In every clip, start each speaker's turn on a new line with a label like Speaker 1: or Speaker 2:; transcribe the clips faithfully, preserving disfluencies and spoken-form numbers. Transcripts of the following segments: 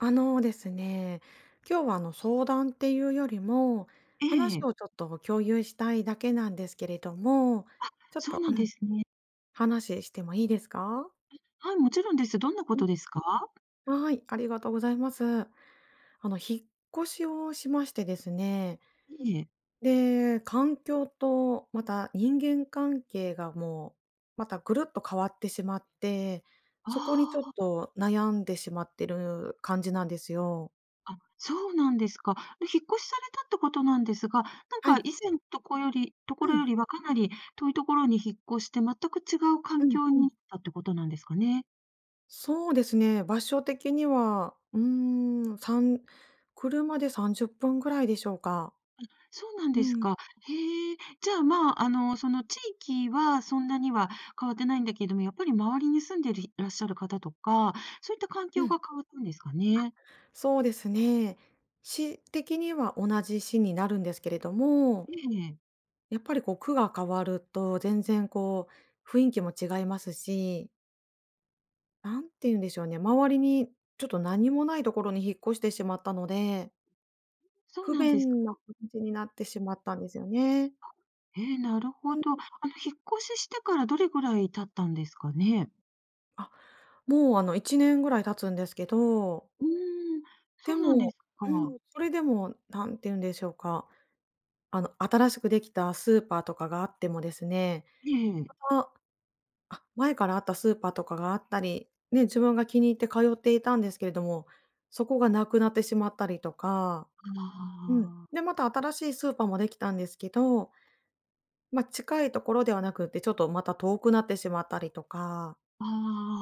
Speaker 1: あのですね、今日はあの相談っていうよりも、
Speaker 2: え
Speaker 1: 話
Speaker 2: え、
Speaker 1: をちょっと共有したいだけなんですけれども、ちょっ
Speaker 2: そう
Speaker 1: と、う
Speaker 2: なんで
Speaker 1: ん、
Speaker 2: すね。
Speaker 1: 話してもいいですか？
Speaker 2: はい、もちろんです。どんなこ
Speaker 1: うん。
Speaker 2: とですか？
Speaker 1: はい、ありがとうございます。あの引っ越しをしましてですね、
Speaker 2: ええ。
Speaker 1: で、環境とまた人間関係がもう、またぐるっと変わってしまって、そこにちょっ
Speaker 2: あ
Speaker 1: と悩んでしまってる感じなんですよ。
Speaker 2: あ、あ、そうなんですか。で、引っ越しされたってことなんですが、なん
Speaker 1: は
Speaker 2: か
Speaker 1: い。
Speaker 2: 以前のとこよりとこ
Speaker 1: う
Speaker 2: ろよ
Speaker 1: ん。
Speaker 2: りはかなり遠いところに引っ越して、全く違う
Speaker 1: う
Speaker 2: 環
Speaker 1: ん
Speaker 2: 境に
Speaker 1: う
Speaker 2: な
Speaker 1: ん。
Speaker 2: ったってことなんですかね？
Speaker 1: そうですね、場所的には、うーん、三、車でさんじゅっぷんぐらいでしょうか。
Speaker 2: そうなん
Speaker 1: う
Speaker 2: です
Speaker 1: ん、
Speaker 2: か。へえ、じゃあ、まあ、あの、その地域はそんなには変わってないんだけれども、やっぱり周りに住んでるいらっしゃる方とか、そういった環
Speaker 1: う
Speaker 2: 境
Speaker 1: ん、
Speaker 2: が変わったんですかね？
Speaker 1: そうですね。市的には同じ市になるんですけれども、
Speaker 2: ええ、
Speaker 1: やっぱりこう区が変わると全然こう雰囲気も違いますし、なんて言うんでしょうね、周りにちょっと何もないところに引っ越してしまったので、
Speaker 2: そう
Speaker 1: 不
Speaker 2: なんですか。
Speaker 1: 便な感じになってしまったんですよね。
Speaker 2: ええ、なる
Speaker 1: う
Speaker 2: ほ
Speaker 1: ん、
Speaker 2: ど。あの、引っ越ししてからどれぐらい経ったんですかね？
Speaker 1: あ、もうあのいちねんぐらい経つんですけど、
Speaker 2: うーん、
Speaker 1: で
Speaker 2: そうなんで
Speaker 1: も、
Speaker 2: す
Speaker 1: う
Speaker 2: か。
Speaker 1: ん、それでも、何て言うんでしょうか、あの、新しくできたスーパーとかがあってもですね、
Speaker 2: ええ。
Speaker 1: ああ、前からあったスーパーとかがあったり、ね、自分が気に入って通っていたんですけれども、そこがなくなってしまったりとか、
Speaker 2: あ
Speaker 1: うん。
Speaker 2: あ、
Speaker 1: で、また新しいスーパーもできたんですけど、まあ、近いところではなくて、ちょっとまた遠くなってしまったりとか、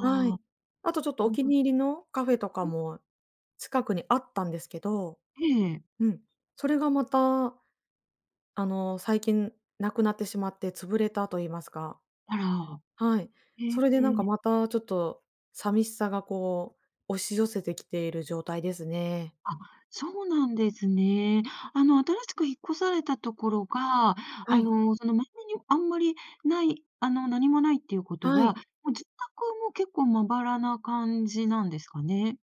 Speaker 1: はい。
Speaker 2: あ、
Speaker 1: あとちょっと
Speaker 2: う
Speaker 1: お
Speaker 2: ん、
Speaker 1: 気に入りのカフェとかも近くにあったんですけど、
Speaker 2: ええ、
Speaker 1: うん、それがまたあの、最近なくなってしまって潰れたと言いますか、
Speaker 2: あら、
Speaker 1: はい。
Speaker 2: え
Speaker 1: それでなん
Speaker 2: え、
Speaker 1: かまたちょっと寂しさがこう、押し寄せてきている状態ですね。
Speaker 2: あ、そうなんですね。あの、新しく引っ越されたところが、
Speaker 1: は
Speaker 2: あ
Speaker 1: い。
Speaker 2: の、その、周りにあんまりない、あの、何もないっていうこと
Speaker 1: は
Speaker 2: は、
Speaker 1: い。
Speaker 2: もう住宅も結構まばらな感じなんですかね？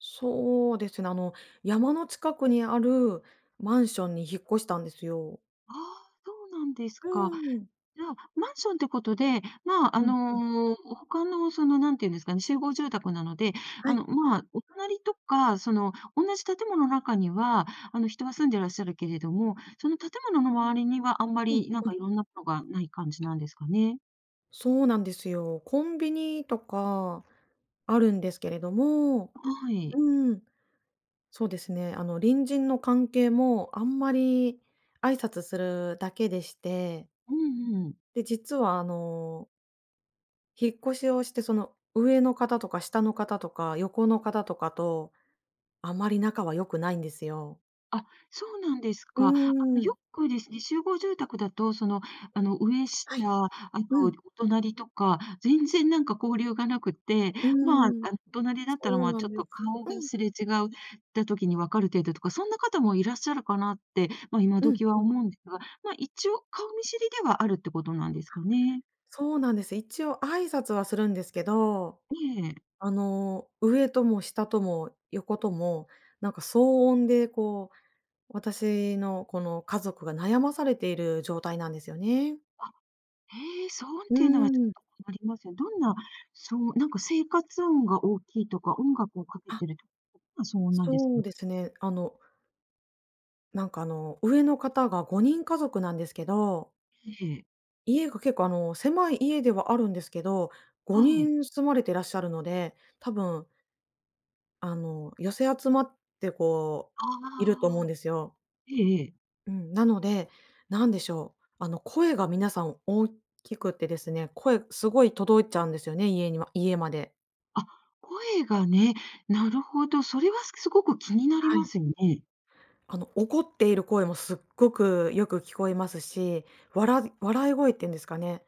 Speaker 1: そうですね、あの、山の近くにあるマンションに引っ越したんですよ。
Speaker 2: ああ、そうなんです
Speaker 1: う
Speaker 2: か。
Speaker 1: ん。
Speaker 2: じゃあ、マンションってことで、まあ、
Speaker 1: う
Speaker 2: あ
Speaker 1: んうん。
Speaker 2: の、他のその、なんていうんですかね、集合住宅なので、
Speaker 1: は
Speaker 2: あ
Speaker 1: い。
Speaker 2: の、まあ、お隣とか、その、同じ建物の中には、あの、人は住んでらっしゃるけれども、その建物の周りにはあんま
Speaker 1: うん
Speaker 2: り、なん
Speaker 1: うん。
Speaker 2: かいろんなものがない感じなんですかね？
Speaker 1: そうなんですよ。コンビニとかあるんですけれども、
Speaker 2: はい。
Speaker 1: うん。そうですね。あの、隣人の関係もあんまり挨拶するだけでして、
Speaker 2: うんうん。
Speaker 1: で、実はあの、引っ越しをして、その上の方とか下の方とか横の方とかと、あまり仲は良くないんですよ。
Speaker 2: あ、そうなんです
Speaker 1: う
Speaker 2: か。あの、
Speaker 1: ーん。
Speaker 2: よくですね、集合住宅だと、その、あの、上
Speaker 1: はい。
Speaker 2: 下、あと
Speaker 1: うん。
Speaker 2: お隣とか、全然なんか交流がなくて、
Speaker 1: う
Speaker 2: まあ、
Speaker 1: ーん。
Speaker 2: あの、お隣だったら、
Speaker 1: そ
Speaker 2: ま
Speaker 1: う
Speaker 2: あ、
Speaker 1: な
Speaker 2: ちょ
Speaker 1: ん
Speaker 2: っ
Speaker 1: で
Speaker 2: と
Speaker 1: す。
Speaker 2: 顔が
Speaker 1: うん。
Speaker 2: すれ違うた時に分かる程度とか、そんな方もいらっしゃるかなって、まあ、今
Speaker 1: うん
Speaker 2: 時
Speaker 1: う
Speaker 2: は
Speaker 1: ん。
Speaker 2: 思うんですが、まあ、一応顔見知りではあるってことなんですかね？
Speaker 1: そうなんです。一応挨拶はするんですけど、
Speaker 2: ええ。
Speaker 1: あの、上とも下とも横とも、なんか騒音でこう私のこの家族が悩まされている状態なんですよね。
Speaker 2: へえ、騒音っ
Speaker 1: う
Speaker 2: ていうのはちょ
Speaker 1: ーん。
Speaker 2: っと困りますね。どんな、そう、なんか生活音が大きいとか、音楽をかけ
Speaker 1: あ、
Speaker 2: てるとか、どんな騒音なんですか
Speaker 1: そう
Speaker 2: ね？
Speaker 1: ですね。あの、なんかあの、上の方がごにん家族なんですけど、
Speaker 2: ええ、
Speaker 1: 家が結構あの、狭い家ではあるんですけど、5
Speaker 2: はい。
Speaker 1: 人住まれてらっしゃるので、多分あの、寄せ集まってこう、いると思うん
Speaker 2: あ
Speaker 1: ですよ。
Speaker 2: あ、ええ、
Speaker 1: うん、なので、なんでしょう、あの、声が皆さん大きくてですね、声すごい届いちゃうんですよね、家には家まで。
Speaker 2: あ、声がね、なるほど、それはすごく気になり
Speaker 1: は
Speaker 2: ま
Speaker 1: い。
Speaker 2: すよね。
Speaker 1: あの、怒っている声もすっごくよく聞こえますし、わら笑い声っていうんですかね、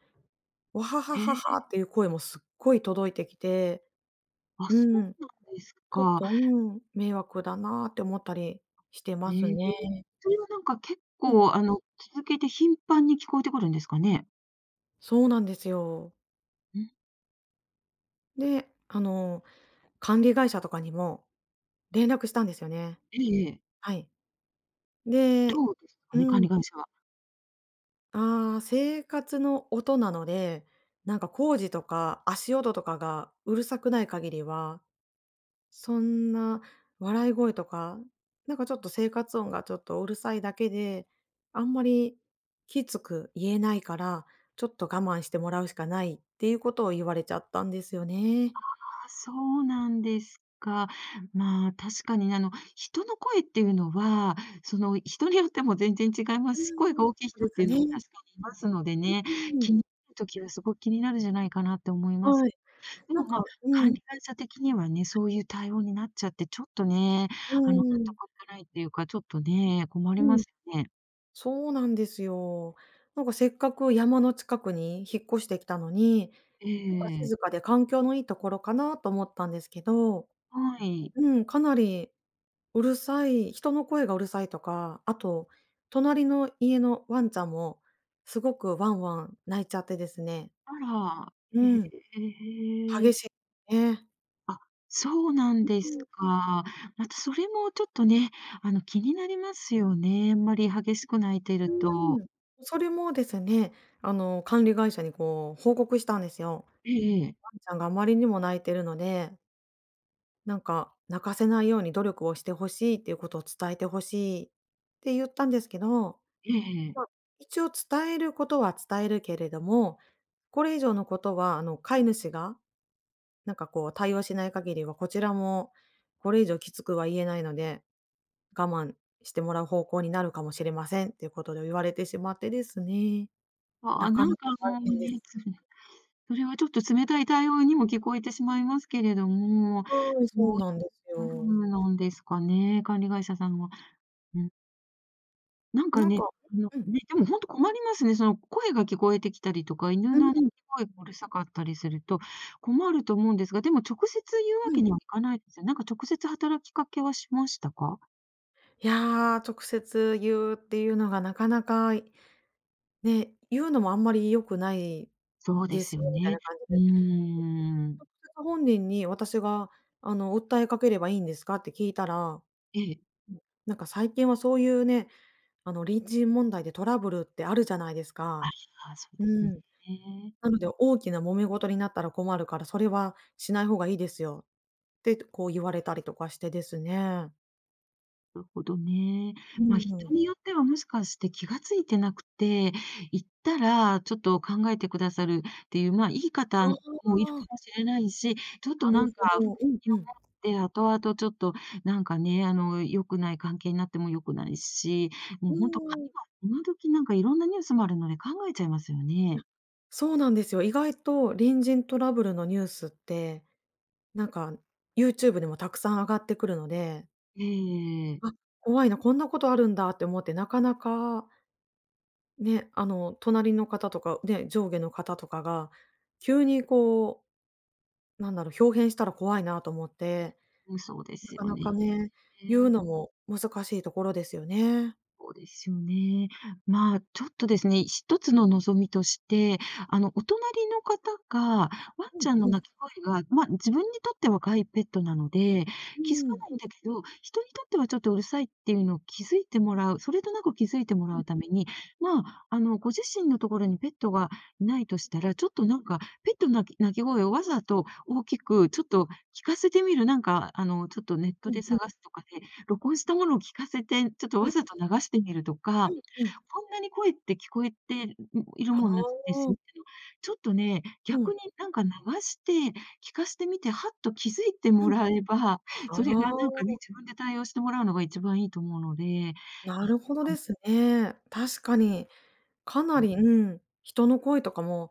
Speaker 1: わはは
Speaker 2: え
Speaker 1: ははっ
Speaker 2: え、
Speaker 1: ていう声もすっごい届いてきて、
Speaker 2: あ、
Speaker 1: う
Speaker 2: そ
Speaker 1: ん、
Speaker 2: うなんです
Speaker 1: ちょっ
Speaker 2: か。
Speaker 1: と、うん、迷惑だなって思ったりして
Speaker 2: え
Speaker 1: ます
Speaker 2: え、
Speaker 1: ね。
Speaker 2: それはなんか結
Speaker 1: うん、
Speaker 2: 構あの、続けて頻繁に聞こえてくるんですかね？
Speaker 1: そうなんですよ。
Speaker 2: うん、
Speaker 1: で、あの、管理会社とかにも連絡したんですよね。
Speaker 2: えええ。
Speaker 1: はい。で、
Speaker 2: どうですか
Speaker 1: う
Speaker 2: ね、管
Speaker 1: ん、
Speaker 2: 理会社は。
Speaker 1: ああ、生活の音なので、なんか工事とか足音とかがうるさくない限りはそんな笑い声とか、なんかちょっと生活音がちょっとうるさいだけで、あんまりきつく言えないから、ちょっと我慢してもらうしかないっていうことを言われちゃったんですよね。
Speaker 2: あ、そうなんですか。まあ、確かにあの、人の声っていうのは、その、人によっても全然違いま
Speaker 1: う
Speaker 2: すし、声
Speaker 1: ーん。
Speaker 2: が
Speaker 1: そ
Speaker 2: 大きい人
Speaker 1: うで
Speaker 2: って
Speaker 1: す
Speaker 2: いうのも
Speaker 1: ね。
Speaker 2: 確かにいますので
Speaker 1: う
Speaker 2: ね、
Speaker 1: ー
Speaker 2: 気
Speaker 1: ん。
Speaker 2: になるときはすごく気になるんじゃないかなって思います。
Speaker 1: はい。
Speaker 2: で
Speaker 1: な
Speaker 2: も、
Speaker 1: ん
Speaker 2: ま、
Speaker 1: かう
Speaker 2: 管理
Speaker 1: ん、
Speaker 2: 会社的にはね、そういう対応になっちゃって、ちょっとね、
Speaker 1: う
Speaker 2: あの、納
Speaker 1: ん、
Speaker 2: 得いかないっていうか、ちょっとね、困
Speaker 1: う
Speaker 2: りま
Speaker 1: ん。
Speaker 2: すよね。
Speaker 1: そうなんですよ。なんかせっかく山の近くに引っ越してきたのに、
Speaker 2: え
Speaker 1: なんか
Speaker 2: え。
Speaker 1: 静かで環境のいいところかなと思ったんですけど、
Speaker 2: はい。
Speaker 1: うん、かなりうるさい、人の声がうるさいとか、あと、隣の家のワンちゃんも、すごくワンワン鳴いちゃってですね。
Speaker 2: あら、
Speaker 1: うん、
Speaker 2: へ
Speaker 1: 激
Speaker 2: え。
Speaker 1: しいね。
Speaker 2: あ、そうな
Speaker 1: う
Speaker 2: んです
Speaker 1: ん、
Speaker 2: か。またそれもちょっとね、あの、気になりますよね。あんまり激しく泣いて
Speaker 1: う
Speaker 2: ると。
Speaker 1: ーん。それもですね、あの、管理会社にこう報告したんですよ。
Speaker 2: え
Speaker 1: ワ
Speaker 2: え
Speaker 1: ンちゃんがあまりにも泣いてるので、なんか泣かせないように努力をしてほしいっていうことを伝えてほしいって言ったんですけど、
Speaker 2: え
Speaker 1: ま、
Speaker 2: え。
Speaker 1: 一応伝えることは伝えるけれども、これ以上のことは、あの、飼い主がなんかこう対応しない限りは、こちらもこれ以上きつくは言えないので、我慢してもらう方向になるかもしれませんっていうことで言われてしまってですね、
Speaker 2: あ
Speaker 1: な
Speaker 2: あ、
Speaker 1: か
Speaker 2: な
Speaker 1: な
Speaker 2: ん
Speaker 1: か
Speaker 2: かあ
Speaker 1: 大
Speaker 2: の
Speaker 1: 変で
Speaker 2: ね、
Speaker 1: す。
Speaker 2: つそれはちょっと冷たい対応にも聞こえてしまいますけれども、
Speaker 1: はい、
Speaker 2: そ
Speaker 1: そうなんです
Speaker 2: ういう
Speaker 1: よ。
Speaker 2: ものなんですかね、管理会社さんは。う、なん
Speaker 1: な
Speaker 2: か
Speaker 1: ん
Speaker 2: ね、
Speaker 1: か
Speaker 2: あの、
Speaker 1: うん、
Speaker 2: ね、でも本当困りますね。その声が聞こえてきたりとか、犬
Speaker 1: う
Speaker 2: の鳴き
Speaker 1: ん、
Speaker 2: 声がうるさかったりすると困ると思うんですが、でも直接言う
Speaker 1: う
Speaker 2: わ
Speaker 1: ん。
Speaker 2: けにはいかないですよ。なんか直接働きかけはしましたか？
Speaker 1: いや、直接言うっていうのがなかなか、ね、言うのもあんまり良くない
Speaker 2: そうで
Speaker 1: で
Speaker 2: す
Speaker 1: す
Speaker 2: よ
Speaker 1: よみたい
Speaker 2: ね。
Speaker 1: な感じ
Speaker 2: う
Speaker 1: で、
Speaker 2: ーん。
Speaker 1: それと本人に私があの、訴えかければいいんですかって聞いたら、
Speaker 2: ええ。
Speaker 1: なんか最近はそういうねあの、隣人問題でトラブルってあるじゃないです
Speaker 2: あ
Speaker 1: か。
Speaker 2: あ、そう
Speaker 1: う
Speaker 2: ですね。
Speaker 1: ん。なので「大きな揉め事になったら困るから、それはしない方がいいですよ」って、こう言われたりとかしてですね。
Speaker 2: なるほどね。
Speaker 1: う
Speaker 2: まあ、
Speaker 1: ん、
Speaker 2: 人によってはもしかして気がついてなくて、行ったらちょっと考えてくださるっていう、まあ、いい方
Speaker 1: あ
Speaker 2: もいるか
Speaker 1: あ、
Speaker 2: もしれないし、ちょっと
Speaker 1: なる
Speaker 2: なんか
Speaker 1: ほ
Speaker 2: 不
Speaker 1: ど。うんうん。
Speaker 2: 意に思って、後々ちょっとなんかね、あの、良くない関係になっても良くないし、も
Speaker 1: う
Speaker 2: う本当か
Speaker 1: ーん。
Speaker 2: 今今時なんかいろんなニュースもあるので考えちゃいますよね。
Speaker 1: そうなんですよ。意外と隣人トラブルのニュースって、なんか ユーチューブ でもたくさん上がってくるので、
Speaker 2: ええ、
Speaker 1: あ、怖いな、こんなことあるんだって思って、なかなかね、あの、隣の方とか、ね、上下の方とかが、急にこう、なんだろう、豹変したら怖いなと思って、
Speaker 2: うん、そうで
Speaker 1: な
Speaker 2: す
Speaker 1: か
Speaker 2: よ
Speaker 1: な
Speaker 2: ね。
Speaker 1: かね、言うのも難しいところですよね。
Speaker 2: そうですよね。まあ、ちょっとですね、一つの望みとして、あの、お隣の方が、ワン
Speaker 1: う
Speaker 2: ち
Speaker 1: ん
Speaker 2: ゃんの
Speaker 1: う
Speaker 2: 鳴
Speaker 1: ん。
Speaker 2: き声が、まあ、自分にとっては飼いペットなので、
Speaker 1: う
Speaker 2: 気づか
Speaker 1: ん。
Speaker 2: ないんだけど、人にとってはちょっとうるさいっていうのを気づいてもらう、それとなく気づいても
Speaker 1: う
Speaker 2: ら
Speaker 1: ん
Speaker 2: うために、まあ、あの、ご自身のところにペットがいないとしたら、ちょっとなんか、ペットの鳴き鳴き声をわざと大きくちょっと聞かせてみる、なんか、あの、ちょっとネッ
Speaker 1: う
Speaker 2: ト
Speaker 1: ん
Speaker 2: で
Speaker 1: うん。
Speaker 2: 探すとかで録音したものを聞かせて、ちょっと
Speaker 1: うん
Speaker 2: わざと流してみると
Speaker 1: う
Speaker 2: か、
Speaker 1: んうん。
Speaker 2: こんなに声って聞こえてんいる
Speaker 1: あ
Speaker 2: もんなんです
Speaker 1: あ、
Speaker 2: よっての、ちょっとね、
Speaker 1: うん。
Speaker 2: 逆になんか流して聞かしてみて、はっと気づいて
Speaker 1: う
Speaker 2: も
Speaker 1: ん。
Speaker 2: らえば、それ
Speaker 1: あ
Speaker 2: がなんかね、
Speaker 1: あ、
Speaker 2: 自分で対応してもらうのが一番いいと思うので、い
Speaker 1: な
Speaker 2: い
Speaker 1: るほど
Speaker 2: かも、
Speaker 1: ですね。確かに、かなり、うん、人の声とかも、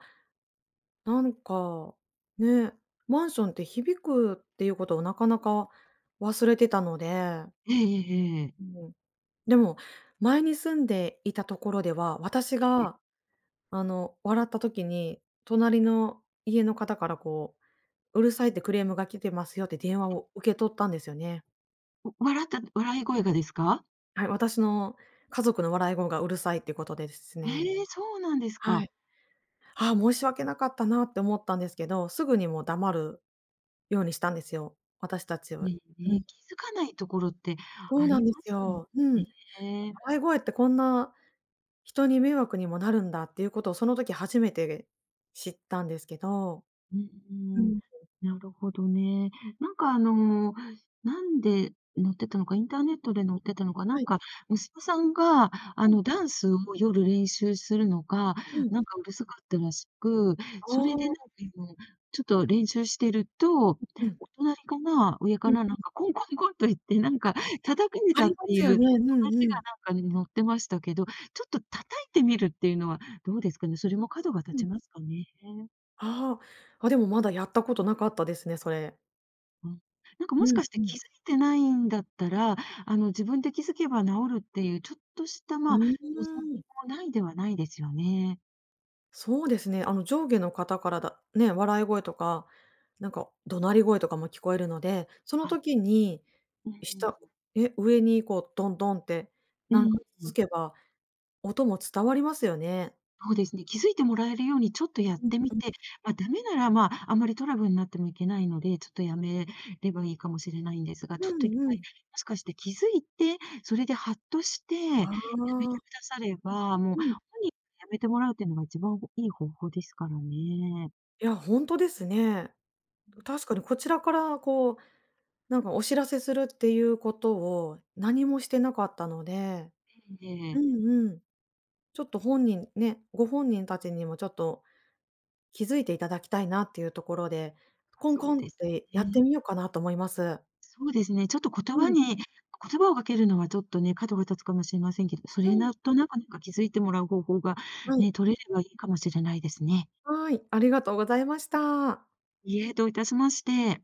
Speaker 1: なんか、ね、マンションって響くっていうことをなかなか忘れてたので、
Speaker 2: ええええええ。
Speaker 1: うん、でも、前に住んでいたところでは、私
Speaker 2: え
Speaker 1: が、
Speaker 2: え。
Speaker 1: あの、笑った時に、隣の家の方からこう、「うるさい」ってクレームが来てますよって電話を受け取ったんですよね。
Speaker 2: お、笑った笑い声がですか？
Speaker 1: はい、私の家族の笑い声がうるさいっていうことでです
Speaker 2: え
Speaker 1: ね。
Speaker 2: え、そうなんです
Speaker 1: は
Speaker 2: か。
Speaker 1: い。ああ、申し訳なかったなって思ったんですけど、すぐにもう黙るようにしたんですよ、私たちは。
Speaker 2: ね
Speaker 1: うん、
Speaker 2: ね、気づかないところって
Speaker 1: そう
Speaker 2: あ
Speaker 1: なん
Speaker 2: り
Speaker 1: で
Speaker 2: ま
Speaker 1: す
Speaker 2: す
Speaker 1: よ。うん。
Speaker 2: ね。
Speaker 1: 笑い声ってこんな人に迷惑にもなるんだっていうことをその時初めて知ったんですけど。
Speaker 2: う
Speaker 1: う
Speaker 2: ん、
Speaker 1: ん。
Speaker 2: なるほどね。なんかあの、なんで載ってたのか、インターネットで載ってたのか、な
Speaker 1: は
Speaker 2: ん
Speaker 1: い。
Speaker 2: か娘さんがあ
Speaker 1: うん
Speaker 2: のダンスを夜練習するのが、
Speaker 1: うん。
Speaker 2: なんかうるさかったらしく、
Speaker 1: あ
Speaker 2: それでなんか
Speaker 1: あ、
Speaker 2: あの、ちょっと練習してると、
Speaker 1: うん、
Speaker 2: お隣かな、上
Speaker 1: う
Speaker 2: か
Speaker 1: ん。
Speaker 2: らなんかコンコンコンと言って、なんか叩かれ
Speaker 1: あ
Speaker 2: た
Speaker 1: り
Speaker 2: って
Speaker 1: ま
Speaker 2: い
Speaker 1: すよ
Speaker 2: う
Speaker 1: ね。うん
Speaker 2: 話
Speaker 1: う
Speaker 2: が
Speaker 1: ん。
Speaker 2: なんか載ってましたけど、ちょっと叩いてみるっていうのはどうですかね。それも角が
Speaker 1: うん。
Speaker 2: 立ちますかね。
Speaker 1: ああ、あ、でもまだやったことなかったですね、それ。
Speaker 2: うん。なんかもし
Speaker 1: うん
Speaker 2: かし
Speaker 1: う
Speaker 2: て
Speaker 1: ん。
Speaker 2: 気づいてないんだったら、あの、自分で気づけば治るっていう、ちょっとした、
Speaker 1: う
Speaker 2: まあ、
Speaker 1: ー
Speaker 2: 望
Speaker 1: ん。
Speaker 2: みもないではないですよね。
Speaker 1: そうですね、あの上下の方からだね、笑い声とか、なんか怒鳴り声とかも聞こえるので、その
Speaker 2: あ、
Speaker 1: 時に、
Speaker 2: うん。
Speaker 1: 下え、上にこうドンドンって
Speaker 2: う
Speaker 1: なんか
Speaker 2: ん、
Speaker 1: つつけば、音も伝わりますよね。
Speaker 2: そうですね。気づいてもらえるようにちょっとやっ
Speaker 1: うん
Speaker 2: てみ
Speaker 1: うん。
Speaker 2: て、まあ、ダメなら、まあ、あんまりトラブルになってもいけないので、ちょっとやめればいいかもしれないんですが、ち
Speaker 1: う
Speaker 2: ょっと一
Speaker 1: んう
Speaker 2: 回、
Speaker 1: ん。
Speaker 2: もしかして気づいて、それでハッとして、や
Speaker 1: あ
Speaker 2: めて
Speaker 1: あ。
Speaker 2: くだされば、もう、本
Speaker 1: うん。
Speaker 2: 人にやめてもらうっていうのが一番いい方法ですからね。
Speaker 1: いや、ほんとですね。確かにこちらからこう、なんかお知らせするっていうことを何もしてなかったので、
Speaker 2: え
Speaker 1: う
Speaker 2: え。
Speaker 1: んうん。ちょっと本人ね、ご本人たちにもちょっと気づいていただきたいなっていうところで、コン
Speaker 2: そ
Speaker 1: コ
Speaker 2: う
Speaker 1: ンっ
Speaker 2: です
Speaker 1: てやっ
Speaker 2: ね。
Speaker 1: てみようかなと思います。
Speaker 2: そうですね、ちょっと言
Speaker 1: う
Speaker 2: 葉
Speaker 1: ん、
Speaker 2: に言葉をかけるのはちょっとね、角が立つかもしれませんけど、そ
Speaker 1: う
Speaker 2: れ
Speaker 1: ん。
Speaker 2: なんとなくなんか気づいてもらう方法が
Speaker 1: はい。
Speaker 2: ね、取れればいいかもしれないですね。
Speaker 1: はい、ありがとうございました。
Speaker 2: いいえ、どういたしまして。